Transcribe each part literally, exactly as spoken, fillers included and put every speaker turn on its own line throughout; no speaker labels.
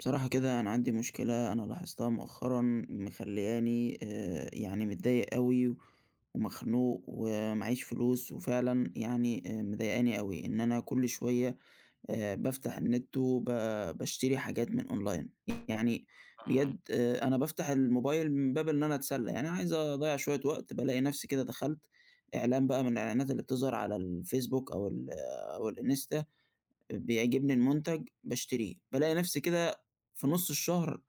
بصراحة كده أنا عندي مشكلة أنا لاحظتها مؤخرًا مخلّياني آآ يعني متضايق أوي ومخنوق ومعيش فلوس، وفعلًا يعني آآ مضايقاني أوي إن أنا كل شوية آآ بافتح النت وب باشتري حاجات من online يعني.
أها،
بجد آآ أنا بافتح الموبايل من باب إن أنا أتسلى، يعني أنا عايز أضيّع شوية وقت بالاقي نفسي كده دخلت إعلان بقى من الإعلانات اللي بتظهر على الفيسبوك أو ال أو الإنستا، بيعجبني المنتج باشتريه، بالاقي نفسي كده في نُص الشهر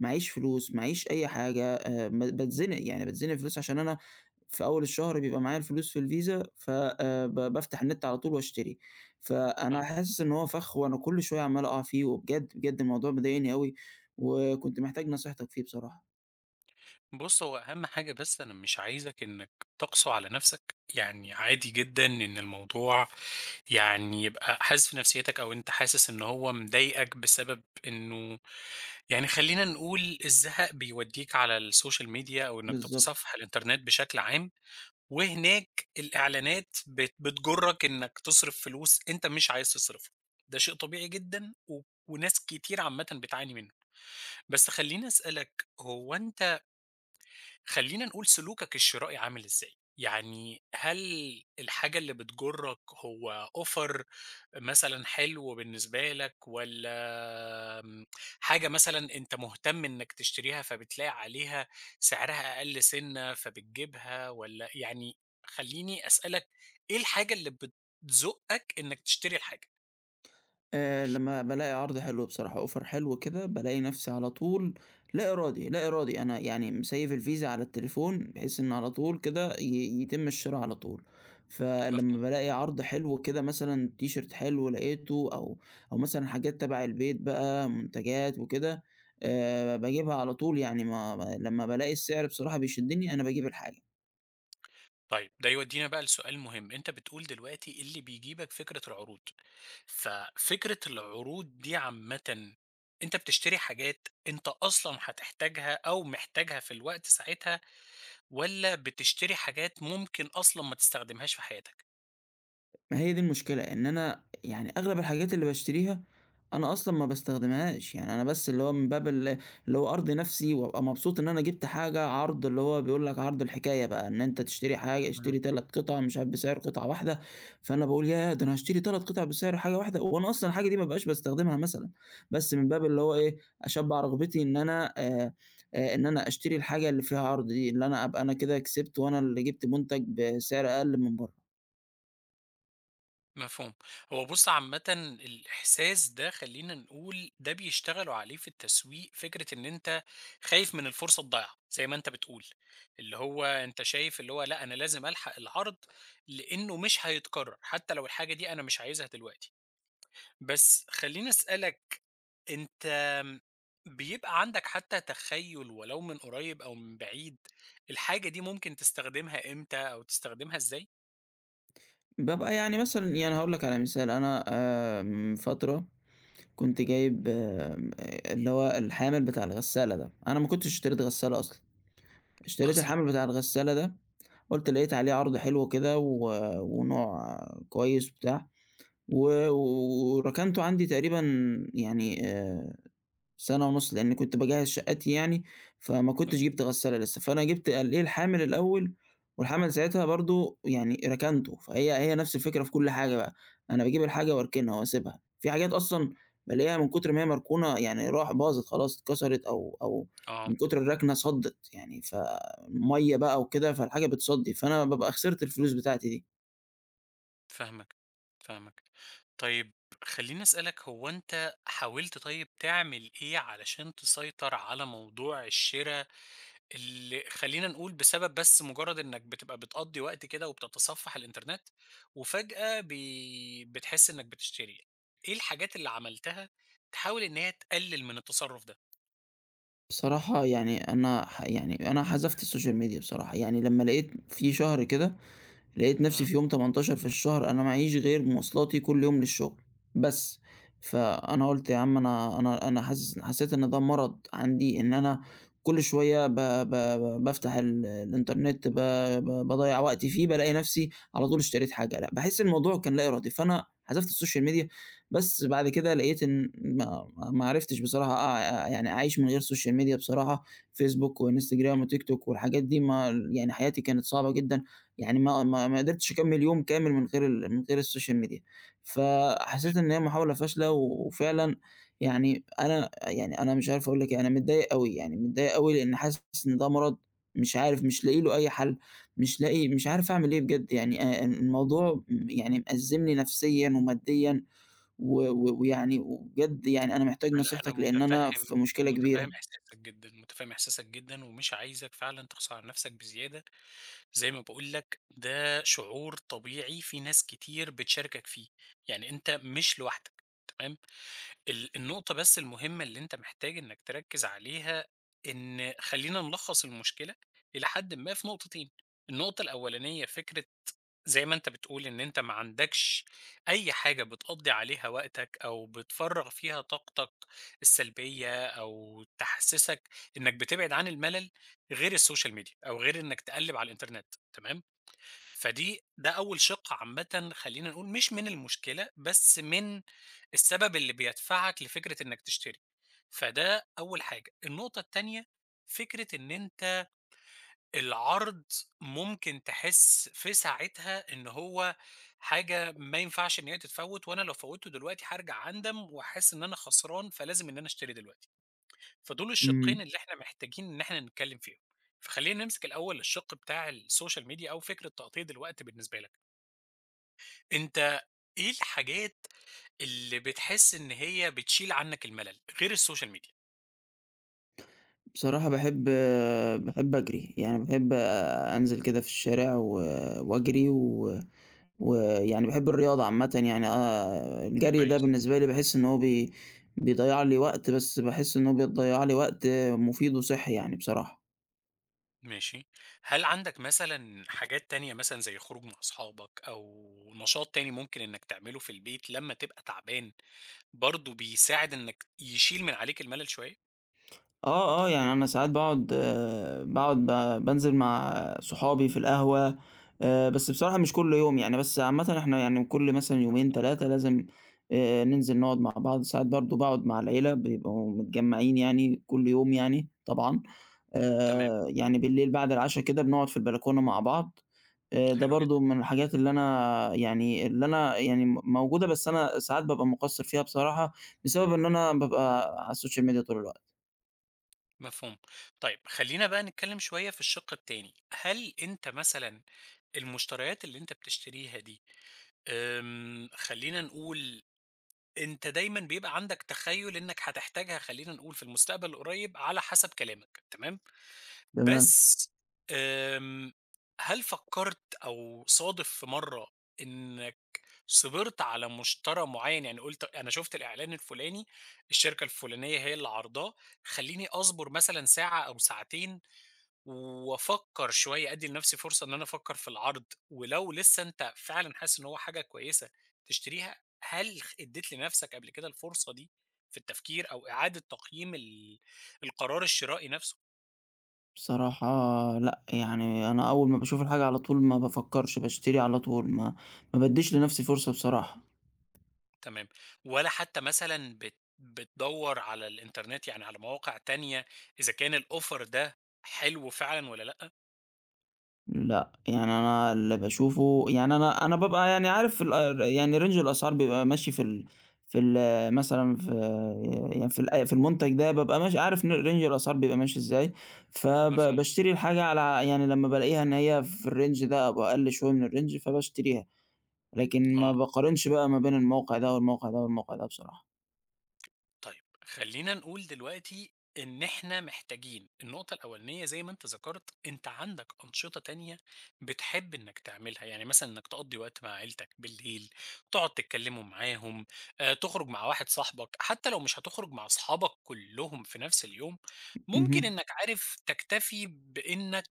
معييش فلوس، معييش أي حاجة، آآ م باتزنق، يعني باتزنق فلوس عشان أنا في أول الشهر بيبقى معايا الفلوس في الفيزا، ف آآ ب بافتح النت على طول واشتري. فأنا
فاهمك.
حاسس إن هو فخ وأنا كل شوية عمّال أقع فيه، وبجد، بجد الموضوع مضايقني أوي، وكنت محتاج نصيحتك فيه بصراحة.
بُص، هو أهم حاجة بس أنا مش عايزك إنك تقسو على نفسك، يعني عادي جدًا إن الموضوع يعني يبقى حازف نفسيتك أو أنت حاسس إن هو مضايقك بسبب إنه يعني خلّينا نقول الزهق بيوديك على السوشيال ميديا أو إنك
بالضبط.
تتصفح الإنترنت بشكل عام. وهناك الإعلانات بت بتجرّك إنّك تصرف فلوس أنت مش عايز تصرفها، ده شيء طبيعي جدًا و وناس كتير عامةً بتعاني منّه. بس خلّيني أسألك، هو أنت خلّينا نقول سلوكك الشرائي عامل إزاي؟ يعني هل الحاجة اللي بتجرّك هو offer مثلًا حلو بالنسبة لك والّا آمم، حاجة مثلًا أنت مهتم إنك تشتريها فبتلاقي عليها سعرها أقل سِنّة فبتجيبها والّا يعني خلّيني أسألك إيه الحاجة اللي بتزُقّك إنك تشتري الحاجة؟
آآ لمّا بالاقي عرض حلو بصراحة offer حلو كده، بالاقي نَفْسي على طول لا إرادي، لا إرادي، أنا يعني مسيّف الفيزا على التليفون بحيث إن على طول كده ي يتم الشِرا على طول،
مفهوم.
فلمّا بالاقي عرض حلو كده مثلًا تيشيرت حلو لقيته أو أو مثلًا حاجات تَبَع البيت بقى منتجات وكده، آآ باجيبها على طول. يعني ما ما لمّا بالاقي السعر بصراحة بيشدّني أنا باجيب الحاجة.
طيب ده يودّينا بقى لسؤال مهم، أنت بتقول دلوقتي إيه اللي بيجيبك فكرة العروض، ففكرة العروض دي عامةً أنت بتشتري حاجات أنت أصلًا هتحتاجها أو محتاجها في الوقت ساعتها والّا بتشتري حاجات ممكن أصلًا ما تستخدمهاش في حياتك؟
ما هي دي المشكلة، إن أنا يعني أغلب الحاجات اللي باشتريها أنا أصلًا ما باستخدمهاش، يعني أنا بس اللي هو من باب ال اللي هو أرضي نفسي وأبقى مبسوط إن أنا جِبت حاجة عرض، اللي هو بيقول لك عرض الحكاية بقى، إن أنت تشتري حاجة
إمم.
اشتري 3 قطع مش عارف بسعر قطعة واحدة. فأنا باقول ياه! ده أنا هاشتري 3 قطع بسعر حاجة واحدة، وأنا أصلًا الحاجة دي ما بابقاش باستخدمها مثلًا، بس من باب اللي هو إيه، أشبّع رغبتي إن أنا آآ، آآ، إن أنا أشتري الحاجة اللي فيها عرض دي، اللي أنا أبقى أنا كده كسبت وأنا اللي جِبت منتج بسعر أقل من برّه.
مفهوم. هو بُص عامةً الإحساس ده خلّينا نقول ده بيشتغلوا عليه في التسويق فكرة إن أنت خايف من الفرصة تضيّع، زي ما أنت بتقول، اللي هو أنت شايف اللي هو لأ أنا لازم ألحق العرض لإنه مش هيتكرر، حتى لو الحاجة دي أنا مش عايزها دلوقتي. بس خلّيني أسألك أنت آمم، بيبقى عندك حتى تخيُّل ولو من قريب أو من بعيد، الحاجة دي ممكن تستخدمها إمتى أو تستخدمها إزاي؟
بابقى يعني مثلًا، يعني هاقول لك على مثال، أنا آآ من فترة كنت جايب آمم آآ اللي هو الحامل بتاع الغسالة ده، أنا ما كنتش اشتريت غسالة أصلًا، اشتريت
أصلًا،
الحامل بتاع الغسالة ده، قُلت لقيت عليه عرض حلو كده، و ونوع كويس وبتاع، و وركنته عندي تقريبًا يعني آآ سنة ونُص، لإنّي كنت باجهّز شقّتي يعني، فما كنتش
أوك
جِبت غسّالة لسّه، فأنا جِبت ال إيه، الحامل الأول. والحَمَل ساعتها برضه يعني ركنته، فهي هي نفس الفكرة في كل حاجة بقى، أنا باجيب الحاجة وأركنها وأسيبها، في حاجات أصلًا بالاقيها من كتر ما هي مركونة يعني راح باظت خلاص، اتكسرت أو أو
آه،
من كتر الركنة صدّت يعني، فمَيّة بقى وكده، فالحاجة بتصدّي، فأنا بابقى خسرت الفلوس بتاعتي دي.
فاهمك، فاهمك. طيب خلّيني أسألك هو أنت حاولت طيب تعمل إيه علشان تسيطر على موضوع الشِرا اللي خلّينا نقول بسبب بس مجرّد إنّك بتبقى بتقضّي وقت كده وبتتصفّح الإنترنت، وفجأة بي بتحس إنّك بتشتري، إيه الحاجات اللي عملتها تحاول إن هي تقلل من التصرُّف ده؟
بصراحة يعني أنا ح يعني أنا حذفت السوشيال ميديا بصراحة، يعني لمّا لقيت في شهر كده لقيت
إمم،
نفسي في يوم تمنتاشر في الشهر أنا معييش غير مواصلاتي كل يوم للشغل بس، فأنا قُلت يا عم، أنا أنا أنا حاسس حسيت إن ده مرض عندي، إن أنا كل شوية ب ب ب بافتح ال الإنترنت ب ب باضيّع وقتي فيه، بالاقي نفسي على طول اشتريت حاجة، لأ، باحس الموضوع كان لا إرادي، فأنا حذفت السوشيال ميديا، بس بعد كده لقيت إن ما ما عرفتش بصراحة أع يعني أعيش من غير سوشيال ميديا بصراحة، فيسبوك وإنستجرام وتيك توك والحاجات دي، ما يعني حياتي كانت صعبة جدًا، يعني ما ما ما قدرتش أكمّل يوم كامل من غير ال من غير السوشيال ميديا،
تمام،
فحسيت إن هي محاولة فاشلة، وفعلًا يعني أنا، يعني أنا مش عارف أقول لك إيه، أنا متضايق أوي، يعني متضايق أوي لإن حاسس إن ده مرض مش عارف، مش لاقي له أي حل، مش لاقي، مش عارف أعمل إيه بجد، يعني آآ الموضوع م يعني مأزّمني نفسيًا وماديًا و و ويعني وبجد يعني أنا محتاج
أنا أنا
نصيحتك لإن أنا
متفهّم
في مشكلة
متفهّم
كبيرة.
إحساسك جدًا، متفهّم إحساسك جدًا ومش عايزك فعلًا تقسو على نَفْسك بزيادة، زي ما باقول لك ده شعور طبيعي في ناس كتير بتشاركك فيه، يعني أنت مش لوحدك، تمام؟ ال النقطة بس المهمة اللي أنت محتاج إنك تركّز عليها، إن خلّينا نلخّص المشكلة إلى حدٍ ما في نقطتين، النقطة الأولانية فكرة زي ما أنت بتقول إن أنت ما عندكش أي حاجة بتقضّي عليها وقتك أو بتفرّغ فيها طاقتك السلبية أو تحسّسك إنك بتبعد عن الملل غير السوشيال ميديا أو غير إنك تقلّب على الإنترنت تمام؟ فدي ده أول شِق عامةً خلّينا نقول مش من المشكلة، بس من السبب اللي بيدفعك لفكرة إنّك تشتري، فده أول حاجة. النقطة التانية، فكرة إن أنت العرض ممكن تحس في ساعتها إن هو حاجة ما ينفعش إن هي تتفوّت، وأنا لو فوّتّه دلوقتي هارجع أندم وهاحس إن أنا خسران، فلازم إن أنا أشتري دلوقتي. فدول
إمم.
الشِقّين اللي إحنا محتاجين إن إحنا نتكلّم فيهم. فخلّينا نمسك الأول الشِق بتاع السوشيال ميديا أو فكرة تغطية الوقت بالنسبة لك. أنت إيه الحاجات اللي بتحس إن هي بتشيل عنّك الملل، غير السوشيال ميديا؟
بصراحة باحب، باحب أجري، يعني باحب أنزل كده في الشارع و وأجري، و ويعني باحب الرياضة عامةً يعني آه، الجري ده
كويس.
بالنسبة لي باحس إن هو بي بيضيّع لي وقت، بس باحس إن هو بيضيّع لي وقت مفيد وصحّي يعني بصراحة.
ماشي، هل عندك مثلًا حاجات تانية مثلًا زي خروج مع أصحابك أو نشاط تاني ممكن إنّك تعمله في البيت لمّا تبقى تعبان، برضه بيساعد إنّك يشيل من عليك الملل شوية؟
آه، آه، يعني أنا ساعات باقعد باقعد ب بانزل مع صحابي في القهوة، آآ، بس بصراحة مش كل يوم يعني، بس عامةً إحنا يعني كل مثلًا يومين 3 لازم آآ، ننزل نقعد مع بعض، ساعات برضه باقعد مع العيلة بيبقوا متجمعين يعني كل يوم يعني طبعًا،
تمام،
آآ، يعني بالليل بعد العشا كده بنقعد في البلكونة مع بعض، آآ، ده
حلو
برضه
جدًا،
من الحاجات اللي أنا، يعني اللي أنا يعني م موجودة، بس أنا ساعات بابقى مقصّر فيها بصراحة، بسبب إن أنا بابقى على السوشيال ميديا طول الوقت.
مفهوم. طيب خلّينا بقى نتكلّم شوية في الشِق التاني، هل أنت مثلًا المشتريات اللي أنت بتشتريها دي، آمم، خلّينا نقول أنت دايمًا بيبقى عندك تخيُّل إنك هتحتاجها خلّينا نقول في المستقبل القريب على حسب كلامك، تمام؟
تمام.
بس آمم، هل فكّرت أو صادف في مرّة إنك صبرت على مشترى معيّن، يعني قُلت أنا شُفت الإعلان الفُلاني، الشركة الفُلانية هي اللي عارضاه، خلّيني أصبر مثلًا ساعة أو ساعتين وأفكّر شوية، أدّي لنَفْسي فرصة إن أنا أفكّر في العرض، ولو لسه أنت فعلًا حاسس إن هو حاجة كويسة تشتريها، هل خ ادّيت لنَفْسك قبل كده الفرصة دي في التفكير أو إعادة تقييم ال القرار الشرائي نَفْسه؟
بصراحة لأ، يعني أنا أول ما باشوف الحاجة على طول ما بافكّرش، باشتري على طول، ما ما بادّيش لنَفْسي فرصة بصراحة.
تمام، والّا حتى مثلًا بت بتدوّر على الإنترنت يعني على مواقع تانية إذا كان الoffer ده حلو فعلًا والّا لأ؟
لأ، يعني أنا اللي باشوفه، يعني أنا أنا بابقى يعني عارف الأ يعني رينج الأسعار بيبقى ماشي في ال في ال مثلًا في يعني في الأ في المنتج ده بابقى ماشي عارف ن رينج الأسعار بيبقى ماشي إزاي، فب
مفهوم،
باشتري الحاجة على، يعني لمّا بالاقيها إن هي في الرينج ده أو أقل شوية من الرينج فباشتريها، لكن ما
آه.
باقارنش بقى ما بين الموقع ده والموقع ده والموقع ده بصراحة.
طيب خلّينا نقول دلوقتي إن إحنا محتاجين النقطة الأولانية زي ما أنت ذكرت، أنت عندك أنشطة تانية بتحب إنّك تعملها، يعني مثلًا إنّك تقضّي وقت مع عيلتك بالليل، تقعد تتكلّموا معاهم، آآ تخرج مع واحد صاحبك، حتى لو مش هتخرج مع أصحابك كلّهم في نفس اليوم، ممكن
اهم.
إنّك عارف تكتفي بإنّك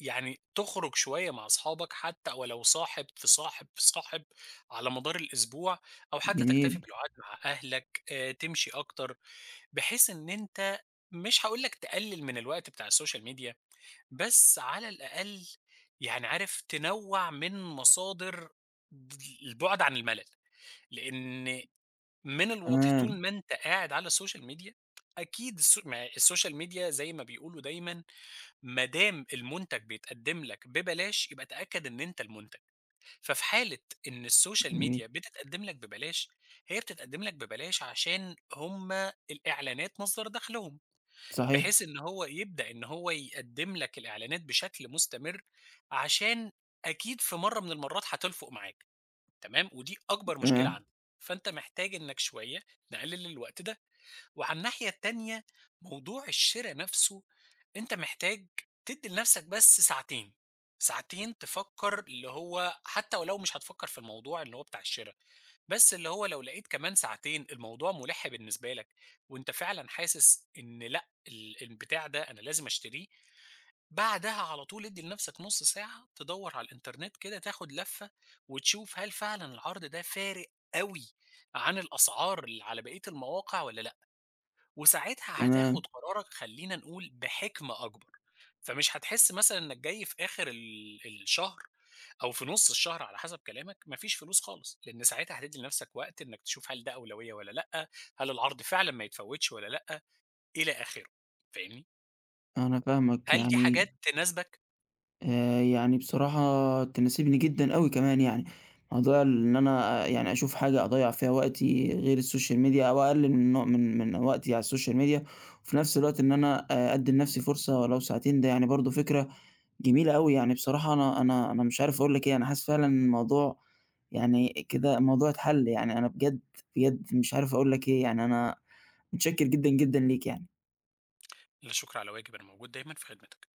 يعني تخرج شوية مع أصحابك حتى ولو صاحب في صاحب في صاحب على مدار الأسبوع أو حتى تكتفي
جميل.
بالقعاد مع أهلك آه، تمشي أكتر بحيث إن أنت مش هقول لك تقلل من الوقت بتاع السوشيال ميديا بس على الأقل يعني عارف تنوع من مصادر البعد عن الملل لأن من الواضح طول
تمام.
ما أنت قاعد على السوشيال ميديا أكيد السو- ما السوشيال ميديا زي ما بيقولوا دايما ما دام المنتج بيتقدم لك ببلاش، يبقى تأكد إن أنت المنتج. ففي حالة إن السوشيال
جميل.
ميديا بتتقدم لك ببلاش، هي بتتقدم لك ببلاش عشان هم الإعلانات مصدر دخلهم،
صحيح.
بحيث إن هو يبدأ إن هو يقدم لك الإعلانات بشكل مستمر، عشان أكيد في مرة من المرات هتلفُق معاك، تمام؟ ودي أكبر مشكلة
تمام.
عندك، فأنت محتاج إنك شوية نقلل الوقت ده. وعلى الناحية التانية موضوع الشِرا نَفْسه أنت محتاج تدّي لنَفْسك بس ساعتين، ساعتين تفكّر اللي هو حتى ولو مش هتفكّر في الموضوع اللي هو بتاع الشِرا، بس اللي هو لو لقيت كمان ساعتين الموضوع مُلِح بالنسبة لك وأنت فعلًا حاسس إن لأ، ال البتاع ده أنا لازم أشتريه، بعدها على طول ادّي لنَفْسك نُص ساعة تدوّر على الإنترنت كده تاخُد لَفّة وتشوف هل فعلًا العرض ده فارق أوي عن الأسعار اللي على بقية المواقع والّا وساعتها
تمام.
هتاخد قرارك خلّينا نقول بحِكمة أكبر، فمش هتحس مثلًا إنك جاي في آخر ال الشهر أو في نُص الشهر على حسب كلامك ما فيش فلوس خالص، لإن ساعتها هتدّي لنفسك وقت إنك تشوف هل ده أولوية والّا لأ، هل العرض فعلًا ما يتفوّتش والّا لأ، إلى آخره، فاهمني؟
أنا فاهمك
هل دي
يعني.
حاجات تناسبك؟
آآ، يعني بصراحة تناسبني جدًا أوي كمان يعني، موضوع إن أنا آه، يعني أشوف حاجة أضيّع فيها وقتي غير السوشيال ميديا، أو أقلل من نوع من من وقتي على السوشيال ميديا، وفي نفس الوقت إن أنا آآ، أدّي لنفسي فرصة ولو ساعتين، ده يعني برضه فكرة جميلة أوي، يعني بصراحة أنا أنا أنا مش عارف أقول لك إيه، أنا حاسس فعلًا إن الموضوع يعني كده الموضوع اتحل، يعني أنا بجد، بجد مش عارف أقول لك إيه، يعني أنا متشكر جدًا، جدًا ليك يعني.
لا شُكر على واجب، أنا موجود دايمًا في خدمتك.